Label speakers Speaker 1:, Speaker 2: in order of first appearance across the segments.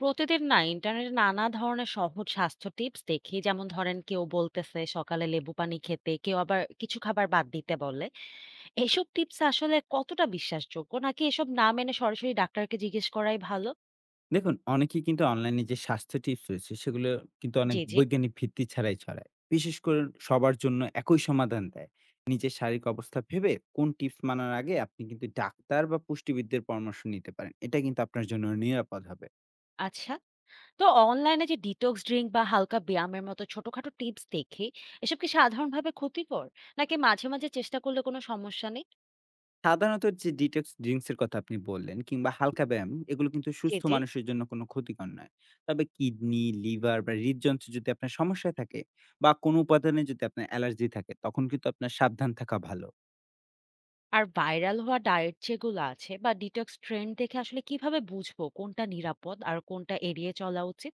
Speaker 1: প্রতিদিন না ইন্টারনেটে নানা ধরনের সহজ স্বাস্থ্য টিপস দেখি, যেমন ধরেন কেউ বলতেছে সকালে লেবু পানি খেতে, কেউ আবার কিছু খাবার বাদ দিতে বলে। এসব টিপস আসলে কতটা বিশ্বাসযোগ্য, নাকি এসব না মেনে সরাসরি ডাক্তারকে জিজ্ঞেস করাই ভালো?
Speaker 2: দেখুন, অনেকেই কিন্তু অনলাইনে যে স্বাস্থ্য টিপস রয়েছে, সেগুলো কিন্তু
Speaker 1: জি,
Speaker 2: অনেক
Speaker 1: জি।
Speaker 2: বৈজ্ঞানিক ভিত্তি ছাড়াই ছড়ায়। বিশেষ করে সবার জন্য একই সমাধান দেয়। নিজের শারীরিক অবস্থা ভেবে কোন টিপস মানার আগে আপনি কিন্তু ডাক্তার বা পুষ্টিবিদদের পরামর্শ নিতে পারেন। এটা কিন্তু আপনার জন্য নিরাপদ হবে।
Speaker 1: আচ্ছা, তো অনলাইনে যে ডিটক্স ড্রিঙ্ক বা হালকা ব্যায়ামের মতো ছোটখাটো টিপস দেখি, এসব কি সাধারণভাবে ক্ষতিকর, নাকি মাঝে মাঝে চেষ্টা করলে কোনো সমস্যা নেই?
Speaker 2: সাধারণত যে ডিটক্স ড্রিংকস এর কথা আপনি বললেন কিংবা হালকা ব্যায়াম, এগুলো কিন্তু
Speaker 1: জি,
Speaker 2: সুস্থ
Speaker 1: জি।
Speaker 2: মানুষের জন্য কোনো ক্ষতিকর নয়। তবে কিডনি, লিভার বা হৃদযন্ত্রে যদি আপনার সমস্যা থাকে বা কোনো উপাদানে যদি আপনার অ্যালার্জি থাকে, তখন কিন্তু আপনার সাবধান থাকা ভালো।
Speaker 1: আর ভাইরাল হওয়া ডায়েট যেগুলো আছে বা ডিটক্স ট্রেন্ড দেখে আসলে কিভাবে বুঝবো কোনটা নিরাপদ আর কোনটা এড়িয়ে চলা উচিত?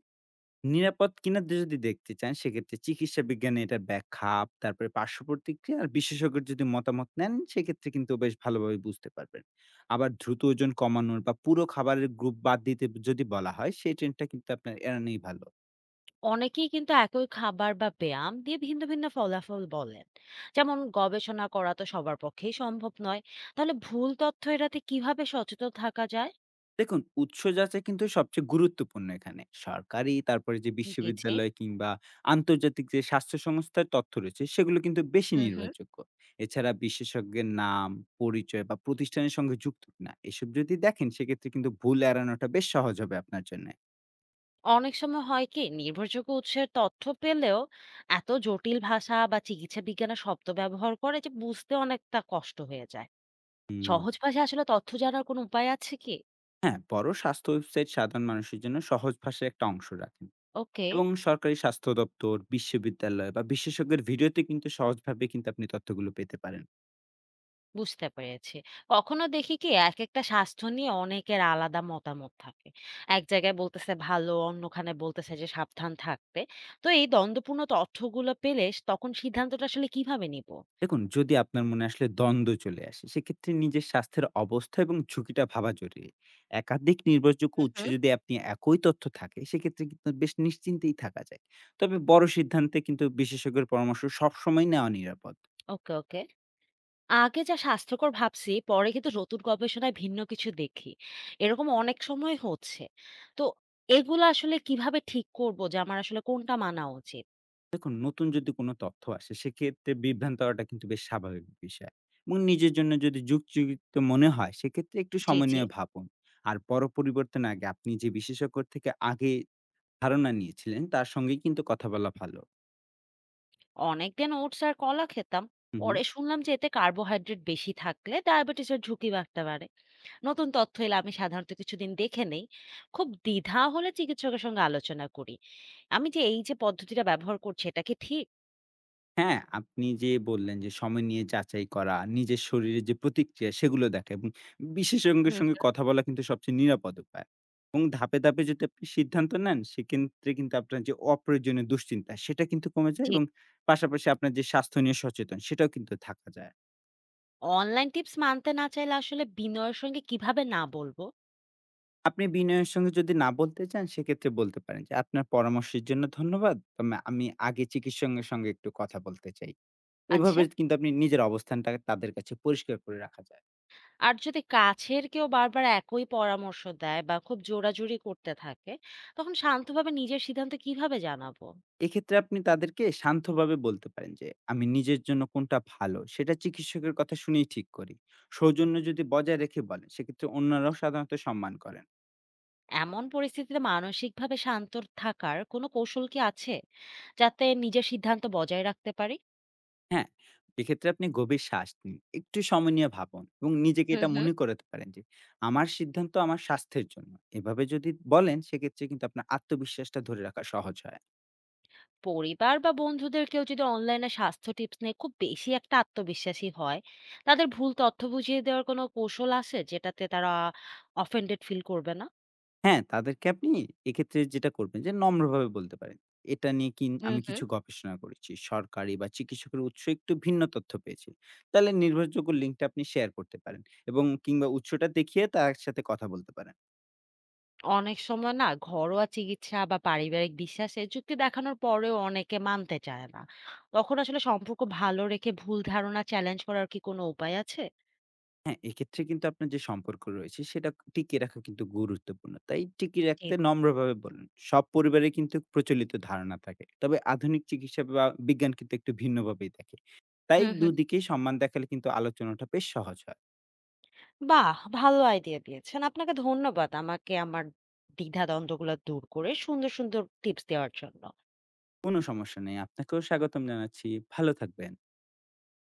Speaker 2: নিরাপদ কিনা যদি দেখতে চান সেক্ষেত্রে চিকিৎসা বিজ্ঞানে এটার ব্যাখ্যা তারপরে পার্শ্ব প্রতিক্রিয়া আর বিশেষজ্ঞের যদি মতামত নেন সেক্ষেত্রে কিন্তু বেশ ভালোভাবে বুঝতে পারবেন। আবার দ্রুত ওজন কমানোর বা পুরো খাবারের গ্রুপ বাদ দিতে যদি বলা হয় সেই ট্রেনটা কিন্তু আপনার এড়ানোই ভালো।
Speaker 1: অনেকেই কিন্তু একই খাবার বা ব্যায়াম দিয়ে ভিন্ন ভিন্ন ফলাফল বলেন। যেমন গবেষণা করা তো সবার পক্ষেই সম্ভব নয়। তাহলে ভুল তথ্য এড়াতে কিভাবে সচেতন থাকা যায়?
Speaker 2: দেখুন, উৎস যাচাই কিন্তু সবচেয়ে গুরুত্বপূর্ণ এখানে। সরকারি, তারপরে যে
Speaker 1: জি, জি।
Speaker 2: বিশ্ববিদ্যালয় কিংবা আন্তর্জাতিক যে স্বাস্থ্য সংস্থার তথ্য রয়েছে, সেগুলো কিন্তু বেশি
Speaker 1: হুম, হুম।
Speaker 2: নির্ভরযোগ্য। এছাড়া বিশেষজ্ঞের নাম, পরিচয় বা প্রতিষ্ঠানের সঙ্গে যুক্ত কিনা, এসব যদি দেখেন সেক্ষেত্রে কিন্তু ভুল এড়ানোটা বেশ সহজ হবে আপনার জন্যে।
Speaker 1: অনেক সময় হয় কি নির্ভরযোগ্য উৎসের তথ্য পেলেও এত জটিল ভাষা বা চিকিৎসা বিজ্ঞানের শব্দ ব্যবহার করে যে বুঝতে অনেকটা কষ্ট হয়ে যায়।
Speaker 2: হুম।
Speaker 1: সহজ ভাষায় আসলে তথ্য জানার কোনো উপায় আছে কি?
Speaker 2: হ্যাঁ, বড় স্বাস্থ্য ওয়েবসাইট সাধারণ মানুষের জন্য সহজ ভাষায় একটা অংশ রাখেন
Speaker 1: ওকে,
Speaker 2: এবং সরকারি স্বাস্থ্য দপ্তর, বিশ্ববিদ্যালয় বা বিশেষজ্ঞের ভিডিওতে কিন্তু সহজভাবে কিন্তু আপনি তথ্যগুলো পেতে পারেন।
Speaker 1: বুঝতে পেরেছি। কখনো দেখি কি একেকটা স্বাস্থ্য নিয়ে অনেকের আলাদা মতামত থাকে। এক জায়গায় বলতেছে ভালো, অন্যখানে বলতেছে যে সাবধান থাকতে। তো এই দ্বন্দ্বপূর্ণ তথ্যগুলো পেলে তখন সিদ্ধান্তটা আসলে কিভাবে নিব?
Speaker 2: দেখুন, যদি আপনার মনে আসলে দ্বন্দ্ব চলে আসে, সেক্ষেত্রে নিজের স্বাস্থ্যের অবস্থা এবং ঝুঁকিটা ভাবা জরুরি। একাধিক নির্ভরযোগ্য
Speaker 1: হুম,
Speaker 2: উৎসে
Speaker 1: হুম।
Speaker 2: যদি আপনি একই তথ্য থাকে, সেক্ষেত্রে কিন্তু বেশ নিশ্চিন্তেই থাকা যায়। তবে বড় সিদ্ধান্তে কিন্তু বিশেষজ্ঞের পরামর্শ সবসময় নেওয়া নিরাপদ।
Speaker 1: ওকে, ওকে। আগে যা স্বাস্থ্যকর ভাবছি পরে কিন্তু নতুন গবেষণায় ভিন্ন কিছু দেখি। এরকম অনেক সময় হচ্ছে। তো এগুলো আসলে কিভাবে ঠিক করব যে আমার আসলে কোনটা মানা উচিত?
Speaker 2: দেখুন, নতুন যদি কোনো তথ্য আসে, সেক্ষেত্রে বিভ্রান্ত হওয়াটা কিন্তু বেশ স্বাভাবিক বিষয় এবং নিজের জন্য যদি যুক্তিযুক্ত মনে হয়, সেক্ষেত্রে একটু
Speaker 1: জি,
Speaker 2: সময়
Speaker 1: জি।
Speaker 2: নিয়ে ভাবুন। আর বড় পরিবর্তন আগে আপনি যে বিশেষজ্ঞর থেকে আগে ধারণা নিয়েছিলেন, তার সঙ্গেই কিন্তু কথা বলা ভালো।
Speaker 1: অনেকদিন ওটস আর কলা খেতাম,
Speaker 2: হু, হু।
Speaker 1: পরে শুনলাম যে এতে কার্বোহাইড্রেট বেশি থাকলে ডায়াবেটিসের ঝুঁকি বাড়তে পারে। নতুন তথ্য এলে আমি সাধারণত কিছুদিন দেখে নেই, খুব দ্বিধা হলে চিকিৎসকের সঙ্গে আলোচনা করি। আমি যে এই যে পদ্ধতিটা ব্যবহার করছি, এটা কি ঠিক?
Speaker 2: হ্যাঁ, আপনি যে বললেন যে সময় নিয়ে যাচাই করা, নিজের শরীরের যে প্রতিক্রিয়া সেগুলো দেখা এবং বিশেষজ্ঞের
Speaker 1: হুম,
Speaker 2: সঙ্গে
Speaker 1: হুম।
Speaker 2: কথা বলা কিন্তু সবচেয়ে নিরাপদ উপায়। এবং ধাপে, ধাপে যদি আপনি সিদ্ধান্ত নেন সেক্ষেত্রে কিন্তু আপনার যে অপ্রয়োজনীয় দুশ্চিন্তা সেটা কিন্তু কমে যায়
Speaker 1: যে
Speaker 2: এবং পাশাপাশি আপনার যে স্বাস্থ্য নিয়ে সচেতন সেটাও কিন্তু থাকা যায়।
Speaker 1: অনলাইন টিপস মানতে না চাইলে আসলে বিনয়ের সঙ্গে কিভাবে না বলবো?
Speaker 2: আপনি বিনয়ের সঙ্গে যদি না বলতে চান সেক্ষেত্রে বলতে পারেন যে, "আপনার পরামর্শের জন্য ধন্যবাদ। তবে আমি আগে চিকিৎসঙ্গের সঙ্গে একটু কথা বলতে চাই।" এভাবে
Speaker 1: আচ্ছা,
Speaker 2: কিন্তু আপনি নিজের অবস্থানটা তাদের কাছে পরিষ্কার করে রাখা যায়।
Speaker 1: আর যদি কাছের কেউ বারবার একই পরামর্শ দেয় বা খুব জোরাজুরি করতে থাকে, তখন শান্তভাবে নিজের সিদ্ধান্ত কিভাবে জানাবো?
Speaker 2: এক্ষেত্রে আপনি তাদেরকে শান্তভাবে বলতে পারেন যে, "আমি নিজের জন্য কোনটা ভালো সেটা চিকিৎসকের কথা শুনেই ঠিক করি।" সৌজন্য যদি বজায় রেখে বলেন, সেক্ষেত্রে অন্যরাও সাধারণত সম্মান করেন।
Speaker 1: এমন পরিস্থিতিতে মানসিকভাবে শান্ত থাকার কোনো কৌশল কি আছে, যাতে নিজের সিদ্ধান্ত বজায় রাখতে পারি?
Speaker 2: হ্যাঁ? এক্ষেত্রে আপনি গভীর শ্বাস নিন, একটু সময় নিয়ে ভাবুন এবং নিজেকে
Speaker 1: হুম,
Speaker 2: এটা
Speaker 1: হুম।
Speaker 2: মনে করাতে পারেন যে, "আমার সিদ্ধান্ত আমার স্বাস্থ্যের জন্য।" এভাবে যদি বলেন, সেক্ষেত্রে কিন্তু আপনার আত্মবিশ্বাসটা ধরে রাখা সহজ হয়।
Speaker 1: পরিবার বা বন্ধুদের কেউ যদি অনলাইনে স্বাস্থ্য টিপস নিয়ে খুব বেশি একটা আত্মবিশ্বাসী হয়, তাদের ভুল তথ্য বুঝিয়ে দেওয়ার কোনো কৌশল আছে, যেটাতে তারা offended ফিল করবে না?
Speaker 2: হ্যাঁ, তাদেরকে আপনি এক্ষেত্রে যেটা করবেন যে নম্রভাবে বলতে পারেন। এটা নিয়ে কিন
Speaker 1: হুম,
Speaker 2: আমি
Speaker 1: হুম।
Speaker 2: কিছু গবেষণা করেছি। সরকারি বা চিকিৎসকের উৎস একটু ভিন্ন তথ্য পেয়েছি। তাহলে নির্ভরযোগ্য লিঙ্কটা আপনি শেয়ার করতে পারেন এবং কিংবা উৎসটা দেখিয়ে তার সাথে কথা বলতে পারেন।
Speaker 1: অনেক সময় না ঘরোয়া চিকিৎসা বা পারিবারিক বিশ্বাসে যুক্তি দেখানোর পরেও অনেকে মানতে চায় না। তখন আসলে সম্পর্ক ভালো রেখে ভুল ধারণা চ্যালেঞ্জ করার কি কোনো উপায় আছে?
Speaker 2: হ্যাঁ, এক্ষেত্রে কিন্তু আপনার যে সম্পর্ক রয়েছে সেটা টিকিয়ে রাখা কিন্তু গুরুত্বপূর্ণ। তাই টিকিয়ে
Speaker 1: জি।
Speaker 2: রাখতে নম্রভাবে বলুন। সব পরিবারে কিন্তু প্রচলিত ধারণা থাকে। তবে আধুনিক চিকিৎসা বা বিজ্ঞান কিন্তু একটু ভিন্নভাবেই দেখে। তাই
Speaker 1: হুম, হুম।
Speaker 2: দুদিকেই সম্মান দেখালে কিন্তু আলোচনাটা বেশ সহজ হয়।
Speaker 1: বাহ! ভালো আইডিয়া দিয়েছেন। আপনাকে ধন্যবাদ আমাকে আমার দ্বিধাদ্বন্দ্বগুলা দূর করে সুন্দর, সুন্দর টিপস দেওয়ার জন্য।
Speaker 2: কোনো সমস্যা নেই। আপনাকেও স্বাগতম জানাচ্ছি। ভালো থাকবেন।